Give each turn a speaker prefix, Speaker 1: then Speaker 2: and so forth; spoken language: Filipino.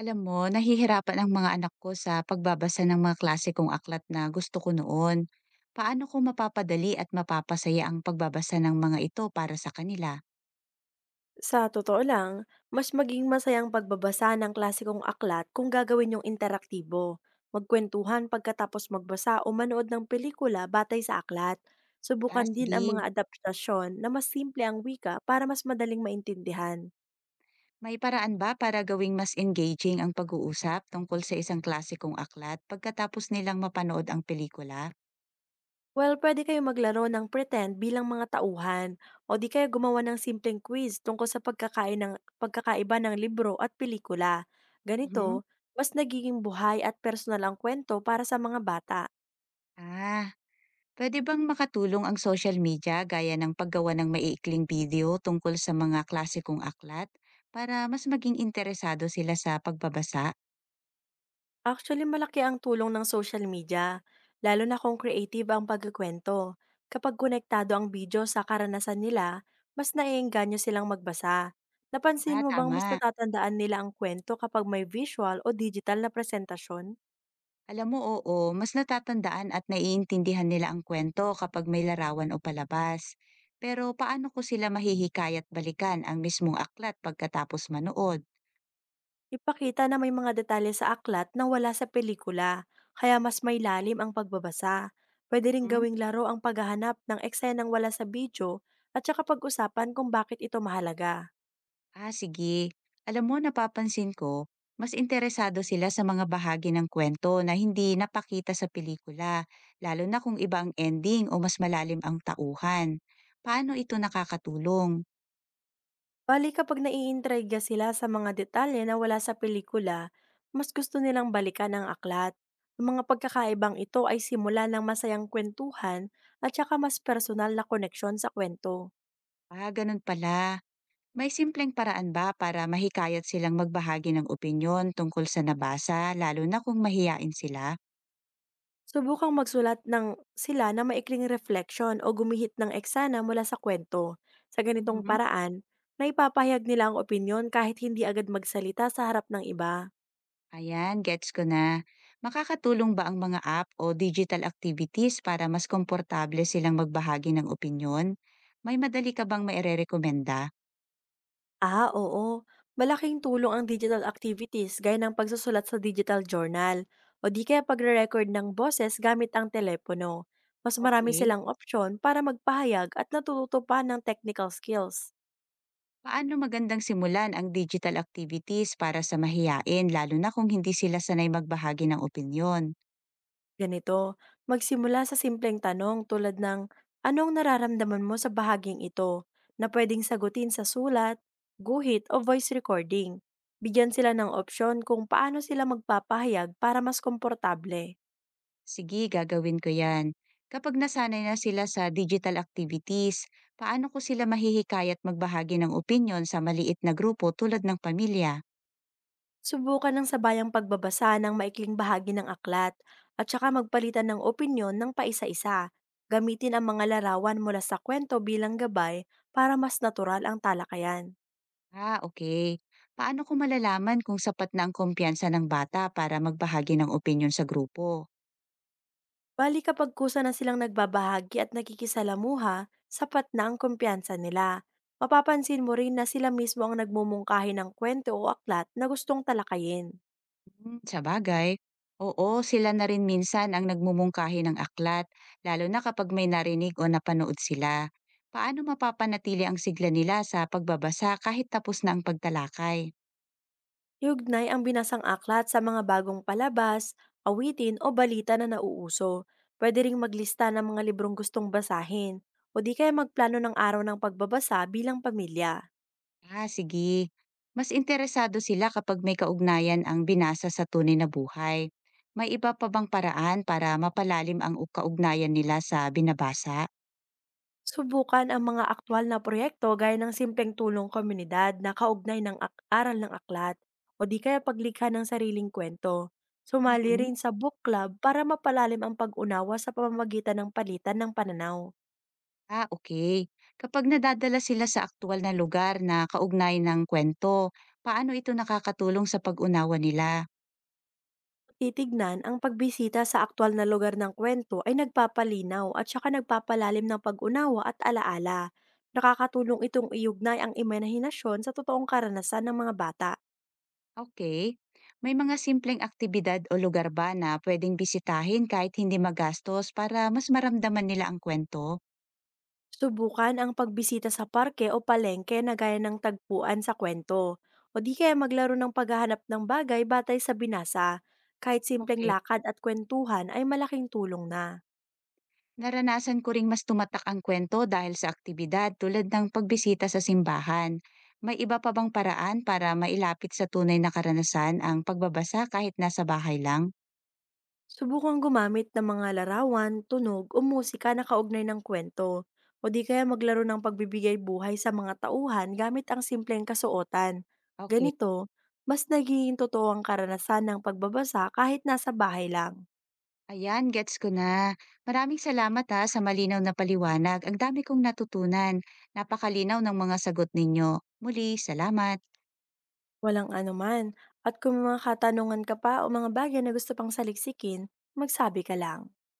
Speaker 1: Alam mo, nahihirapan ang mga anak ko sa pagbabasa ng mga klasikong aklat na gusto ko noon. Paano ko mapapadali at mapapasaya ang pagbabasa ng mga ito para sa kanila?
Speaker 2: Sa totoo lang, mas maging masayang pagbabasa ng klasikong aklat kung gagawin yung interaktibo. Magkwentuhan pagkatapos magbasa o manood ng pelikula batay sa aklat.
Speaker 1: Ah,
Speaker 2: Subukan din ang mga
Speaker 1: sige.
Speaker 2: adaptasyon na mas simple ang wika para mas madaling maintindihan.
Speaker 1: May paraan ba para gawing mas engaging ang pag-uusap tungkol sa isang klasikong aklat pagkatapos nilang mapanood ang pelikula?
Speaker 2: Well, pwede kayo maglaro ng pretend bilang mga tauhan o di kaya gumawa ng simpleng quiz tungkol sa pagkakaiba ng libro at pelikula.
Speaker 1: Mhm.
Speaker 2: Ganito, mas nagiging buhay at personal ang kwento para sa mga bata.
Speaker 1: Ah, pwede bang makatulong ang social media gaya ng paggawa ng maiikling video tungkol sa mga klasikong aklat para mas maging interesado sila sa pagbabasa?
Speaker 2: Actually, malaki ang tulong ng social media, lalo na kung creative ang pagkukwento. Kapag konektado ang video sa karanasan nila, mas naiengganyo silang magbasa.
Speaker 1: Ah,
Speaker 2: Napansin mo bang mas
Speaker 1: tama.
Speaker 2: natatandaan nila ang kwento kapag may visual o digital na presentasyon?
Speaker 1: Alam mo, oo, mas natatandaan at naiintindihan nila ang kwento kapag may larawan o palabas. Pero paano ko sila mahihikayat balikan ang mismong aklat pagkatapos manood?
Speaker 2: Ipakita na may mga detalye sa aklat na wala sa pelikula, kaya mas may lalim ang pagbabasa. Pwede rin
Speaker 1: Mhm.
Speaker 2: gawing laro ang paghahanap ng eksenang wala sa video at saka pag-usapan kung bakit ito mahalaga.
Speaker 1: Ah, sige. Alam mo, napapansin ko, mas interesado sila sa mga bahagi ng kwento na hindi napakita sa pelikula, lalo na kung iba ang ending o mas malalim ang tauhan. Paano ito nakakatulong?
Speaker 2: Bale kapag naiintriga sila sa mga detalye na wala sa pelikula, mas gusto nilang balikan ang aklat. Ang mga pagkakaibang ito ay simula ng masayang kwentuhan at saka mas personal na koneksyon sa kwento.
Speaker 1: Ah, ganun pala. May simpleng paraan ba para mahikayat silang magbahagi ng opinyon tungkol sa nabasa lalo na kung mahiyain sila?
Speaker 2: Subukang magsulat ng sila na maikling reflection o gumihit ng eksena mula sa kwento. Sa ganitong
Speaker 1: Mhm.
Speaker 2: paraan, naipapahayag nila ang opinyon kahit hindi agad magsalita sa harap ng iba.
Speaker 1: Ayan, gets ko na. Makakatulong ba ang mga app o digital activities para mas komportable silang magbahagi ng opinyon? May madali ka bang mairerekomenda?
Speaker 2: Ah, oo. Malaking tulong ang digital activities gaya ng pagsusulat sa digital journal o di kaya pagre-record ng boses gamit ang telepono. Mas marami
Speaker 1: Okay.
Speaker 2: silang opsyon para magpahayag at natututo pa ng technical skills.
Speaker 1: Paano magandang simulan ang digital activities para sa mahiyain lalo na kung hindi sila sanay magbahagi ng opinyon?
Speaker 2: Ganito, magsimula sa simpleng tanong tulad ng anong nararamdaman mo sa bahaging ito na pwedeng sagutin sa sulat, guhit o voice recording. Bigyan sila ng opsyon kung paano sila magpapahayag para mas komportable.
Speaker 1: Sige, gagawin ko yan. Kapag nasanay na sila sa digital activities, paano ko sila mahihikayat magbahagi ng opinyon sa maliit na grupo tulad ng pamilya?
Speaker 2: Subukan ng sabayang pagbabasa ng maikling bahagi ng aklat at saka magpalitan ng opinyon ng paisa-isa. Gamitin ang mga larawan mula sa kwento bilang gabay para mas natural ang talakayan.
Speaker 1: Ah, okay. Paano ko malalaman kung sapat na ang kumpiyansa ng bata para magbahagi ng opinyon sa grupo?
Speaker 2: Bali kapag kusa na silang nagbabahagi at nakikisalamuha, sapat na ang kumpiyansa nila. Mapapansin mo rin na sila mismo ang nagmumungkahi ng kwento o aklat na gustong talakayin.
Speaker 1: Hmm, sa bagay, oo, sila na rin minsan ang nagmumungkahi ng aklat, lalo na kapag may narinig o napanood sila. Paano mapapanatili ang sigla nila sa pagbabasa kahit tapos na ang pagtalakay?
Speaker 2: Iugnay ang binasang aklat sa mga bagong palabas, awitin o balita na nauuso. Pwede ring maglista ng mga librong gustong basahin o di kaya magplano ng araw ng pagbabasa bilang pamilya.
Speaker 1: Ah, sige. Mas interesado sila kapag may kaugnayan ang binasa sa tunay na buhay. May iba pa bang paraan para mapalalim ang kaugnayan nila sa binabasa?
Speaker 2: Subukan ang mga aktwal na proyekto gaya ng simpleng tulong komunidad na kaugnay ng aral ng aklat o di kaya paglikha ng sariling kwento. Sumali
Speaker 1: Mhm.
Speaker 2: rin sa book club para mapalalim ang pag-unawa sa pamamagitan ng palitan ng pananaw.
Speaker 1: Ah, okay. Kapag nadadala sila sa aktual na lugar na kaugnay ng kwento, paano ito nakakatulong sa pag-unawa nila?
Speaker 2: Titignan, ang pagbisita sa aktwal na lugar ng kwento ay nagpapalinaw at saka nagpapalalim ng pag-unawa at alaala. Nakakatulong itong iugnay ang imahinasyon sa totoong karanasan ng mga bata.
Speaker 1: Okay. May mga simpleng aktibidad o lugar ba na pwedeng bisitahin kahit hindi magastos para mas maramdaman nila ang kwento?
Speaker 2: Subukan ang pagbisita sa parke o palengke na gaya ng tagpuan sa kwento. O di kaya maglaro ng paghahanap ng bagay batay sa binasa. Kahit simpleng
Speaker 1: Okay.
Speaker 2: lakad at kwentuhan ay malaking tulong na.
Speaker 1: Naranasan ko ring mas tumatak ang kwento dahil sa aktibidad tulad ng pagbisita sa simbahan. May iba pa bang paraan para mailapit sa tunay na karanasan ang pagbabasa kahit nasa bahay lang?
Speaker 2: Subukang gumamit ng mga larawan, tunog o musika na kaugnay ng kwento. O di kaya maglaro ng pagbibigay buhay sa mga tauhan gamit ang simpleng kasuotan.
Speaker 1: Okay.
Speaker 2: Ganito, mas nagiging totoo ang karanasan ng pagbabasa kahit nasa bahay lang.
Speaker 1: Ayan, gets ko na. Maraming salamat ha sa malinaw na paliwanag. Ang dami kong natutunan. Napakalinaw ng mga sagot ninyo. Muli, salamat.
Speaker 2: Walang anuman. At kung may mga katanungan ka pa o mga bagay na gusto pang saliksikin, magsabi ka lang.